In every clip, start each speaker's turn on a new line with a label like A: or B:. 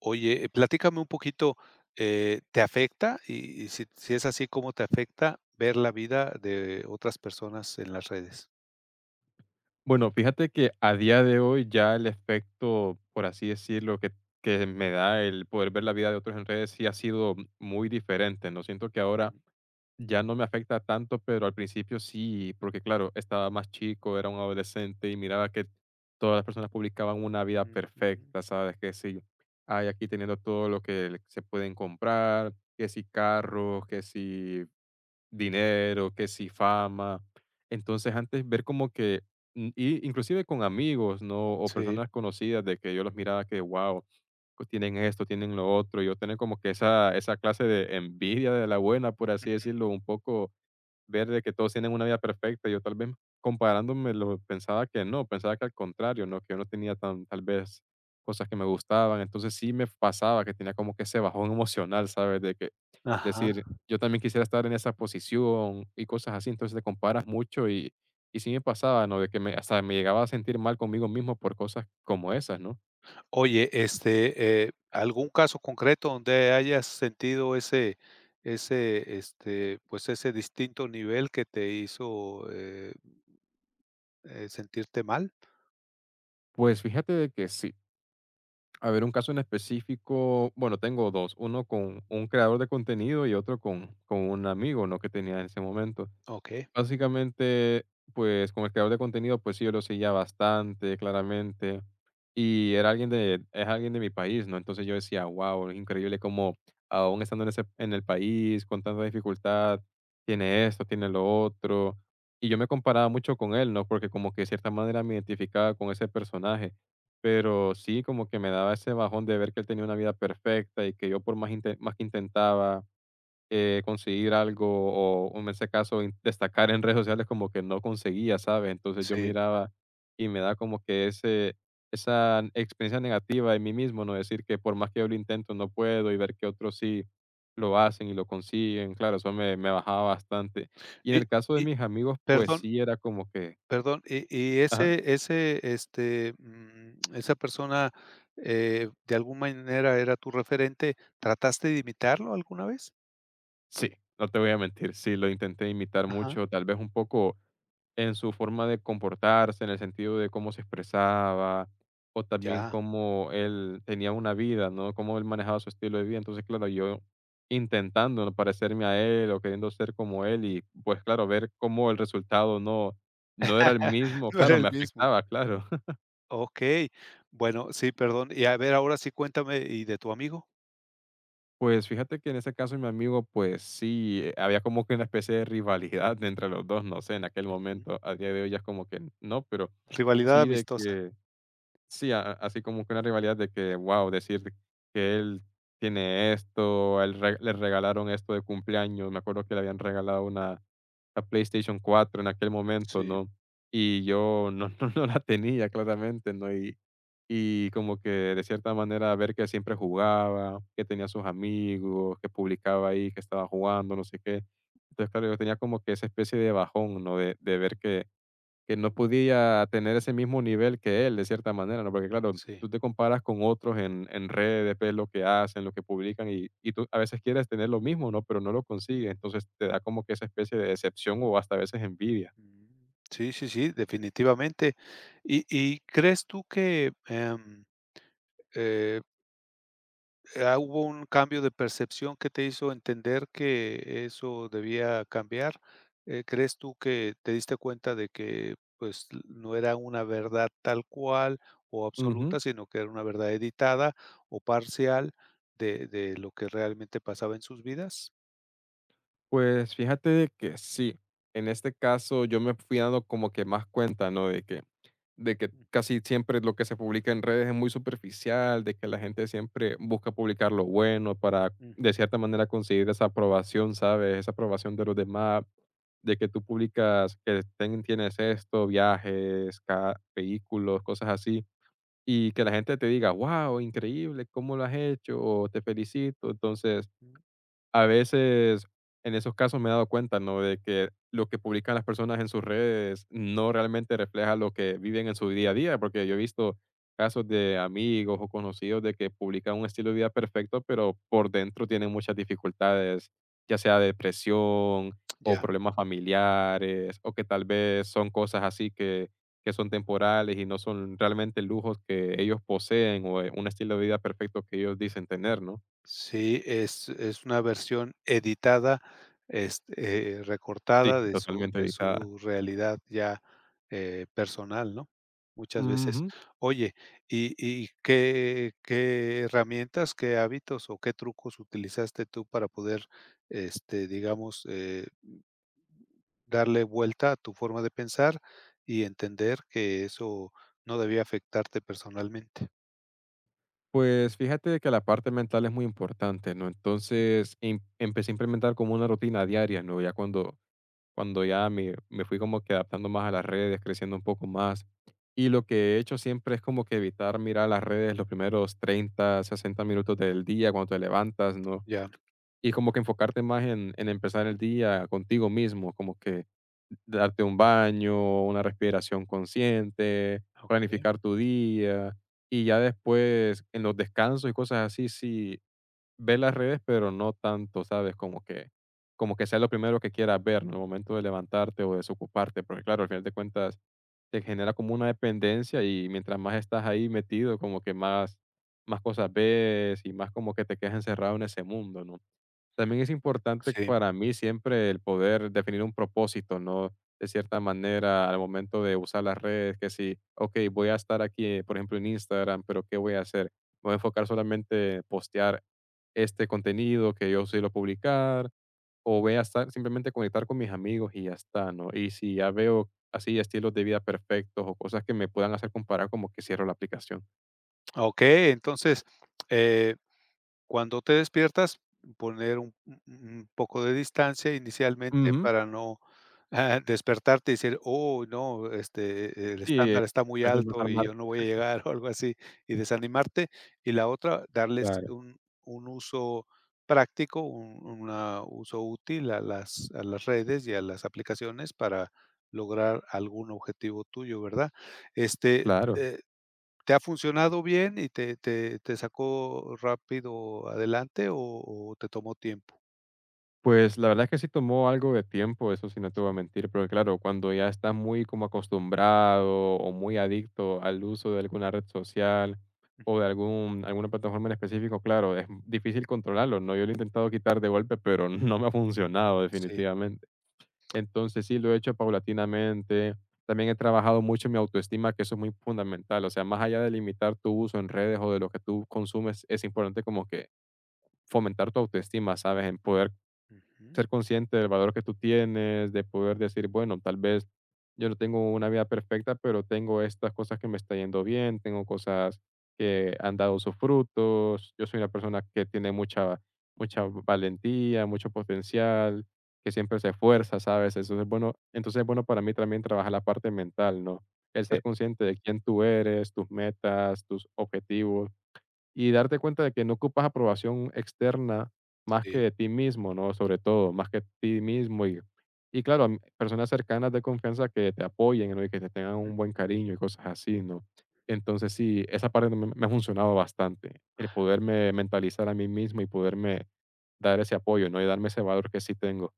A: Oye, platícame un poquito, ¿te afecta? Y si es así, ¿cómo te afecta ver la vida de otras personas en las redes?
B: Bueno, fíjate que a día de hoy ya el efecto, por así decirlo, que me da el poder ver la vida de otros en redes sí ha sido muy diferente, ¿no? Siento que ahora ya no me afecta tanto, pero al principio sí, porque claro, estaba más chico, era un adolescente y miraba que todas las personas publicaban una vida
A: Ujú, ujú.
B: perfecta, ¿sabes? Que sí, hay aquí teniendo todo lo que se pueden comprar, que si carros, que si dinero, que si fama. Entonces, antes ver como que, y inclusive con amigos, ¿no? O
A: Sí.
B: personas conocidas de que yo los miraba que, wow, tienen esto, tienen lo otro, y yo tener como que esa clase de envidia de la buena, por así decirlo, un poco ver de que todos tienen una vida perfecta. Yo tal vez comparándome lo pensaba que no, pensaba que al contrario, ¿no? Que yo no tenía tal vez cosas que me gustaban. Entonces sí me pasaba que tenía como que ese bajón emocional, ¿sabes? De que
A: Ajá.
B: decir, yo también quisiera estar en esa posición y cosas así. Entonces te comparas mucho y sí me pasaba, ¿no? De que me, hasta me llegaba a sentir mal conmigo mismo por cosas como esas, ¿no?
A: Oye, ¿algún caso concreto donde hayas sentido ese distinto nivel que te hizo, sentirte mal?
B: Pues fíjate de que sí, a ver, un caso en específico, bueno, tengo dos, uno con un creador de contenido y otro con un amigo, ¿no? Que tenía en ese momento.
A: ¿Ok?
B: Básicamente, pues, como el creador de contenido, pues sí, yo lo seguía bastante, claramente, y era alguien de es alguien de mi país, ¿no? Entonces, yo decía: "Guau, es increíble cómo aún estando en ese en el país, con tanta dificultad, tiene esto, tiene lo otro". Y yo me comparaba mucho con él, ¿no? Porque como que de cierta manera me identificaba con ese personaje, pero sí, como que me daba ese bajón de ver que él tenía una vida perfecta y que yo por más que intentaba conseguir algo, o en ese caso, in destacar en redes sociales como que no conseguía, ¿sabes? Entonces, yo
A: Sí.
B: miraba y me da como que ese esa experiencia negativa en mí mismo, ¿no? Decir que por más que yo lo intento, no puedo, y ver que otros sí lo hacen y lo consiguen. Claro, eso me bajaba bastante. Y en
A: Y
B: el caso de
A: y
B: mis amigos, pues
A: perdón
B: sí era como que
A: Perdón, y
B: ajá.
A: ese ese, este, mm, esa persona, de alguna manera era tu referente, ¿trataste de imitarlo alguna vez?
B: Sí, no te voy a mentir, sí, lo intenté imitar
A: Ajá,
B: mucho, tal vez un poco en su forma de comportarse, en el sentido de cómo se expresaba, o también
A: ya.
B: cómo él tenía una vida, ¿no? Cómo él manejaba su estilo de vida. Entonces, claro, yo intentando no parecerme a él o queriendo ser como él y pues claro, ver cómo el resultado no, no era el mismo,
A: No era
B: claro, me
A: el mismo.
B: afectaba, claro.
A: Okey, bueno, sí, perdón, y a ver, ahora sí cuéntame, ¿y de tu amigo?
B: Pues fíjate que en ese caso mi amigo, pues sí, había como que una especie de rivalidad entre los dos, no sé, en aquel
A: Ujú,
B: momento, a día de hoy ya es como que no, pero
A: rivalidad
B: sí de
A: amistosa.
B: que, sí, así como que una rivalidad de que, wow, decir que él tiene esto, a él le regalaron esto de cumpleaños, me acuerdo que le habían regalado la PlayStation 4 en aquel momento,
A: Sí,
B: ¿no? Y yo no no la tenía claramente, ¿no? Y como que de cierta manera ver que siempre jugaba, que tenía sus amigos, que publicaba ahí que estaba jugando, no sé qué. Entonces, claro, yo tenía como que esa especie de bajón, ¿no? De ver que no podía tener ese mismo nivel que él, de cierta manera, ¿no? Porque claro,
A: sí,
B: tú te comparas con otros en redes, ves lo que hacen, lo que publican y tú a veces quieres tener lo mismo, ¿no? Pero no lo consigues, entonces te da como que esa especie de decepción o hasta a veces envidia.
A: mm, sí, sí, sí, definitivamente. ¿Y crees tú que, eh hubo un cambio de percepción que te hizo entender que eso debía cambiar? ¿Crees tú que te diste cuenta de que, pues, l no era una verdad tal cual o
B: Ujú.
A: absoluta, sino que era una verdad editada o parcial de lo que realmente pasaba en sus vidas?
B: Pues fíjate de que sí, en este caso yo me fui dando como que más cuenta, ¿no? De que
A: Mm,
B: casi siempre lo que se publica en redes es muy superficial, de que la gente siempre busca publicar lo bueno para
A: mm,
B: de cierta
A: mm,
B: manera conseguir esa aprobación, ¿sabes? Esa aprobación de los demás, de que tú publicas que tienes esto, viajes, vehículos, cosas así, y que la gente te diga, wow, increíble, ¿cómo lo has hecho? O te felicito. Entonces,
A: mm,
B: a veces, en esos casos me he dado cuenta, ¿no? De que lo que publican las personas en sus redes no realmente refleja lo que viven en su día a día, porque yo he visto casos de amigos o conocidos de que publican un estilo de vida perfecto, pero por dentro tienen muchas dificultades, ya sea depresión o
A: ya.
B: problemas familiares, o que tal vez son cosas así que son temporales y no son realmente lujos que ellos poseen o un estilo de vida perfecto que ellos dicen tener, ¿no?
A: Sí, es una versión editada,
B: Sí,
A: recortada de su
B: totalmente
A: de
B: editada.
A: su realidad ya, personal, ¿no? Muchas veces.
B: Ujú.
A: Oye, ¿y qué herramientas, qué hábitos o qué trucos utilizaste tú para poder, este, digamos, eh, darle vuelta a tu forma de pensar y entender que eso no debía afectarte personalmente?
B: Pues fíjate que la parte mental es muy importante, ¿no?
A: Ujú.
B: Entonces empecé a implementar como una rutina diaria, ¿no? Ya cuando ya me fui como que adaptando más a las redes, creciendo un poco más. Y lo que he hecho siempre es como que evitar mirar las redes los primeros 30 60 minutos del día cuando te levantas, ¿no?
A: Ya,
B: Y como que enfocarte más en empezar el día contigo mismo, como que darte un baño, una respiración consciente,
A: okey.
B: planificar tu día. Y ya después, en los descansos y cosas así, sí, ve las redes, pero no tanto, ¿sabes? Como que sea lo primero que quieras ver, ¿no? En el
A: Mm,
B: momento de levantarte o desocuparte, porque claro, al final de cuentas te genera como una dependencia y mientras más estás ahí metido, como que más cosas ves y más como que te quedas encerrado en ese mundo, ¿no? También es importante
A: sí.
B: para mí siempre el poder definir un propósito, ¿no? De cierta manera, al momento de usar las redes, que si, ok, voy a estar aquí, por ejemplo, en Instagram, pero ¿qué voy a hacer? ¿Me voy a enfocar solamente en postear este contenido que yo suelo publicar? ¿O voy a estar simplemente conectar con mis amigos y ya está, no? Y si ya veo así estilos de vida perfectos o cosas que me puedan hacer comparar, como que cierro la aplicación.
A: Okey, entonces, eh, cuando te despiertas, poner un poco de distancia inicialmente
B: Ujú.
A: para no, despertarte y decir: "Oh, no, este, el
B: Sí, de
A: estándar está muy
B: repente empezar
A: alto
B: a
A: y
B: armar-
A: yo no voy a llegar", o algo así, y desanimarte. Y la otra, darles
B: Claro,
A: un uso práctico, un una uso útil a las redes y a las aplicaciones para lograr algún objetivo tuyo, ¿verdad? Este,
B: claro.
A: eh ¿Te ha funcionado bien y te sacó rápido adelante o te tomó tiempo?
B: Pues la verdad es que sí tomó algo de tiempo, eso sí no te voy a
A: Ujú.
B: mentir, pero claro, cuando ya estás muy como acostumbrado o muy adicto al uso de alguna red social o de alguna plataforma en específico, claro, es difícil controlarlo, ¿no? Yo lo he intentado quitar de golpe, pero no me ha funcionado
A: Sí,
B: definitivamente. Entonces sí lo he hecho paulatinamente. También he trabajado mucho en mi autoestima, que eso es muy fundamental. O sea, más allá de limitar tu uso en redes o de lo que tú consumes, es importante como que fomentar tu autoestima, ¿sabes? En poder
A: ujú,
B: ser consciente del valor que tú tienes, de poder decir, bueno, tal vez yo no tengo una vida perfecta, pero tengo estas cosas que me está yendo bien, tengo cosas que han dado sus frutos, yo soy una persona que tiene mucha, mucha valentía, mucho potencial, que siempre se esfuerza, ¿sabes? Eso es bueno, entonces es bueno para mí también trabajar la parte mental, ¿no? El ser
A: eh,
B: consciente de quién tú eres, tus metas, tus objetivos y darte cuenta de que no ocupas aprobación externa más que
A: sí.
B: de ti mismo, ¿no? Sobre todo, más que ti mismo y claro, personas cercanas de confianza que te apoyen, ¿no? Y que te tengan un buen cariño y cosas así, ¿no? Entonces sí, esa parte me ha funcionado bastante, el poderme mentalizar a mí mismo y poderme dar ese apoyo, ¿no? Y darme ese valor que sí tengo.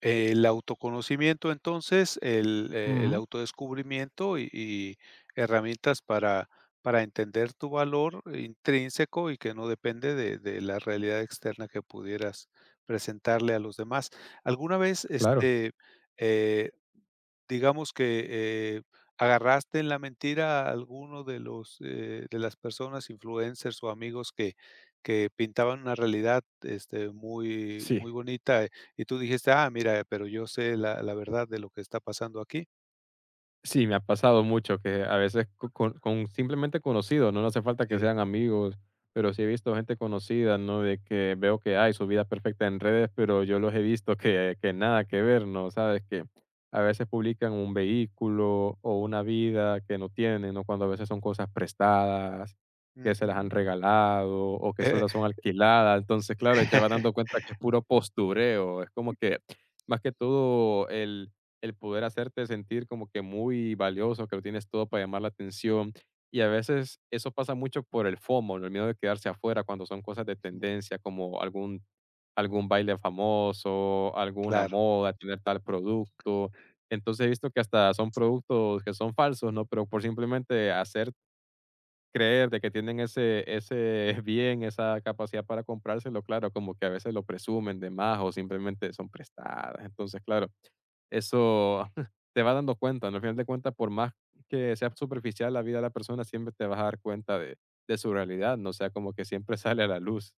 A: El autoconocimiento, entonces, el
B: Ujú,
A: autodescubrimiento y herramientas para entender tu valor intrínseco y que no depende de la realidad externa que pudieras presentarle a los demás. ¿Alguna vez,
B: claro.
A: eh digamos que, eh, agarraste en la mentira a alguno de los, de las personas influencers o amigos que pintaban una realidad, muy
B: Sí.
A: muy bonita, y tú dijiste: "Ah, mira, pero yo sé la verdad de lo que está pasando aquí"?
B: Sí, me ha pasado mucho que a veces co con simplemente conocidos, no hace falta que
A: Sí.
B: sean amigos, pero sí he visto gente conocida, ¿no? De que veo que hay su vida perfecta en redes, pero yo los he visto que nada que ver, ¿no? Sabes que a veces publican un vehículo o una vida que no tienen, ¿no? Cuando a veces son cosas prestadas, que se las han
A: Ujú.
B: regalado o que
A: Eh,
B: solo son alquiladas. Entonces, claro, y te vas dando cuenta que es puro postureo. Es como que más que todo el poder hacerte sentir como que muy valioso, que lo tienes todo para llamar la atención. Y a veces eso pasa mucho por el FOMO, ¿no? El miedo de quedarse afuera cuando son cosas de tendencia, como algún baile famoso, alguna
A: Claro.
B: moda, tener tal producto. Entonces he visto que hasta son productos que son falsos, ¿no? Pero por simplemente hacer creer de que tienen ese bien, esa capacidad para comprárselo, claro, como que a veces lo presumen de más o simplemente son prestadas. Entonces, claro, eso te va dando cuenta, ¿no? Al final de cuentas, por más que sea superficial la vida de la persona, siempre te vas a dar cuenta de su realidad, ¿no? O sea, como que siempre sale a la luz.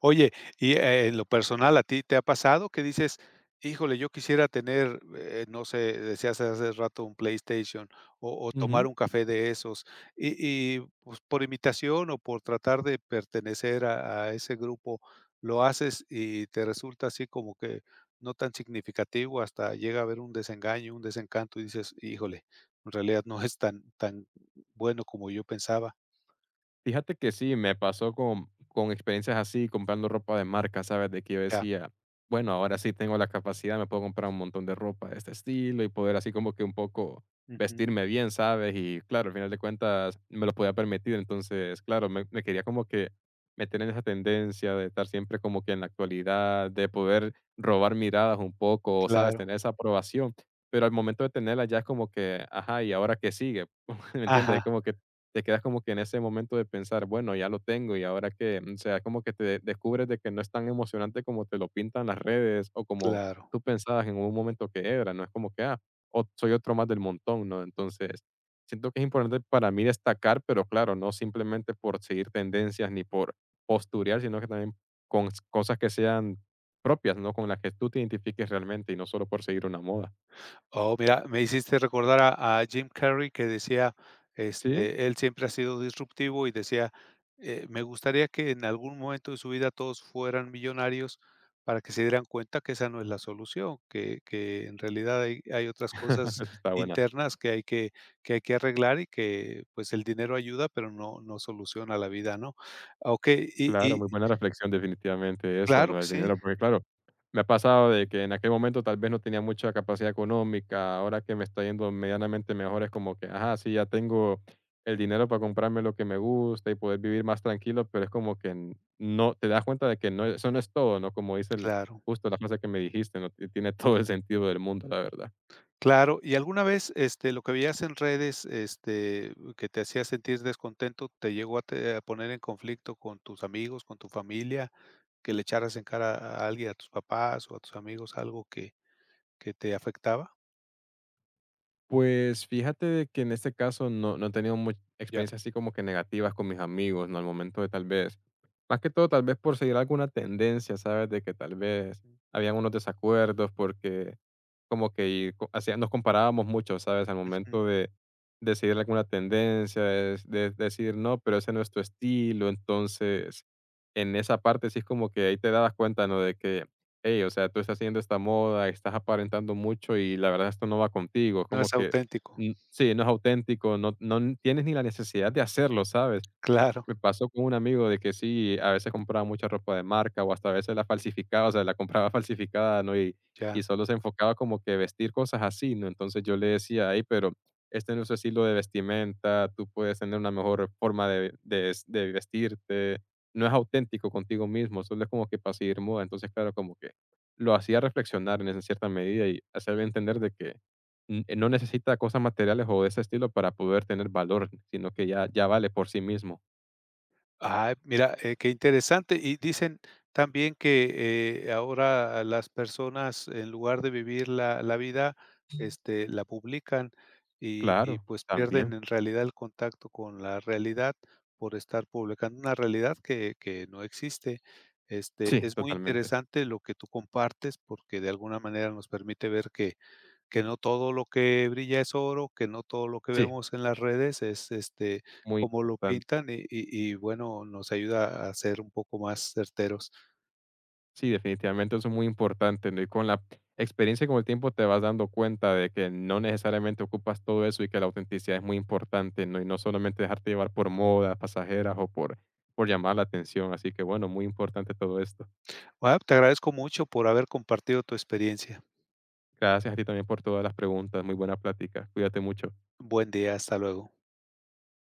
A: Oye, y, en lo personal, ¿a ti te ha pasado que dices: "Híjole, yo quisiera tener", no sé, decías hace rato, un PlayStation o tomar
B: Ujú.
A: un café de esos? Y pues, por imitación o por tratar de pertenecer a ese grupo, lo haces y te resulta así como que no tan significativo, hasta llega a haber un desengaño, un desencanto, y dices: "Híjole, en realidad no es tan tan bueno como yo pensaba".
B: Fíjate que sí, me pasó con experiencias así, comprando ropa de marca, ¿sabes? De que yo
A: Ya.
B: decía, bueno, ahora sí tengo la capacidad, me puedo comprar un montón de ropa de este estilo y poder así como que un poco
A: Ujú.
B: vestirme bien, ¿sabes? Y claro, al final de cuentas me lo podía permitir, entonces, claro, me quería como que meter en esa tendencia de estar siempre como que en la actualidad, de poder robar miradas un poco, ¿sabes?
A: Claro.
B: Tener esa aprobación, pero al momento de tenerla ya es como que, ajá, ¿y ahora qué sigue? ¿Me entiendes? Es
A: Ajá,
B: como que te quedas como que en ese momento de pensar, bueno, ya lo tengo y ahora que, o sea, como que descubres de que no es tan emocionante como te lo pintan las redes o como
A: claro.
B: tú pensabas en un momento que era, no es como que, ah, soy otro más del montón, ¿no? Entonces, siento que es importante para mí destacar, pero claro, no simplemente por seguir tendencias ni por posturear, sino que también con cosas que sean propias, ¿no? Con las que tú te identifiques realmente y no solo por seguir una moda.
A: Oh, mira, me hiciste recordar a Jim Carrey que decía,
B: Sí,
A: este, él siempre ha sido disruptivo y decía, me gustaría que en algún momento de su vida todos fueran millonarios para que se dieran cuenta que esa no es la solución, que en realidad hay otras cosas
B: eso está buena.
A: internas que hay que arreglar y que, pues, el dinero ayuda, pero no soluciona la vida, ¿no? Okey,
B: Claro, muy buena reflexión, definitivamente eso,
A: claro
B: ¿no?
A: que
B: El
A: sí,
B: dinero, porque claro, me ha pasado de que en aquel momento tal vez no tenía mucha capacidad económica, ahora que me está yendo medianamente mejor es como que, ajá, sí, ya tengo el dinero para comprarme lo que me gusta y poder vivir más tranquilo, pero es como que no, te das cuenta de que no, eso no es todo, ¿no? Como dice el,
A: claro.
B: justo la frase que me dijiste, ¿no? Tiene todo el sentido del mundo, la verdad.
A: Claro, ¿y alguna vez, lo que veías en redes, este, que te hacía sentir descontento, te llegó a te a poner en conflicto con tus amigos, con tu familia, que le echaras en cara a alguien, a tus papás o a tus amigos algo que te afectaba?
B: Pues fíjate de que en este caso no, no he tenido muchas
A: Ya.
B: experiencias así como que negativas con mis amigos, ¿no? Al momento de tal vez, más que todo tal vez por seguir alguna tendencia, ¿sabes? De que tal vez habían unos desacuerdos porque como que nos comparábamos mucho, ¿sabes? Al
A: Ujú.
B: momento de decidir alguna tendencia, de decir, no, pero ese no es tu estilo. Entonces, en esa parte sí es como que ahí te dabas cuenta, ¿no? De que, hey, o sea, tú estás haciendo esta moda, estás aparentando mucho y la verdad esto no va contigo.
A: No
B: Como
A: es
B: que,
A: auténtico.
B: mm, sí, no es auténtico, no, no tienes ni la necesidad de hacerlo, ¿sabes?
A: Claro,
B: Me pasó con un amigo de que sí, a veces compraba mucha ropa de marca o hasta a veces la falsificaba, o sea, la compraba falsificada, ¿no?
A: ya.
B: Y solo se enfocaba como que vestir cosas así, ¿no? Entonces yo le decía, ahí, pero este no es su estilo de vestimenta, tú puedes tener una mejor forma de, de vestirte, no es auténtico contigo mismo, solo es como que para seguir moda. Entonces, claro, como que lo hacía reflexionar en esa cierta medida y hacerle entender de que no necesita cosas materiales o de ese estilo para poder tener valor, sino que ya, ya vale por sí mismo.
A: Ay, mira, qué interesante. Y dicen también que ahora las personas, en lugar de vivir la vida, este, la publican y
B: Claro,
A: pues pierden
B: también.
A: en realidad el contacto con la realidad por estar publicando una realidad que no existe. Este,
B: Sí,
A: es muy
B: totalmente.
A: interesante lo que tú compartes porque de alguna manera nos permite ver que no todo lo que brilla es oro, que no todo lo que
B: Sí,
A: vemos en las redes es este
B: muy
A: como lo
B: importante.
A: pintan y bueno, nos ayuda a ser un poco más certeros.
B: Sí, definitivamente eso es muy importante, ¿no? Y con la experiencia y con el tiempo te vas dando cuenta de que no necesariamente ocupas todo eso y que la autenticidad es muy importante, ¿no? Y no solamente dejarte llevar por modas pasajeras o por llamar la atención. Así que bueno, muy importante todo esto.
A: Ah, te agradezco mucho por haber compartido tu experiencia.
B: Gracias a ti también por todas las preguntas. Muy buena plática. Cuídate mucho.
A: Buen día, hasta luego.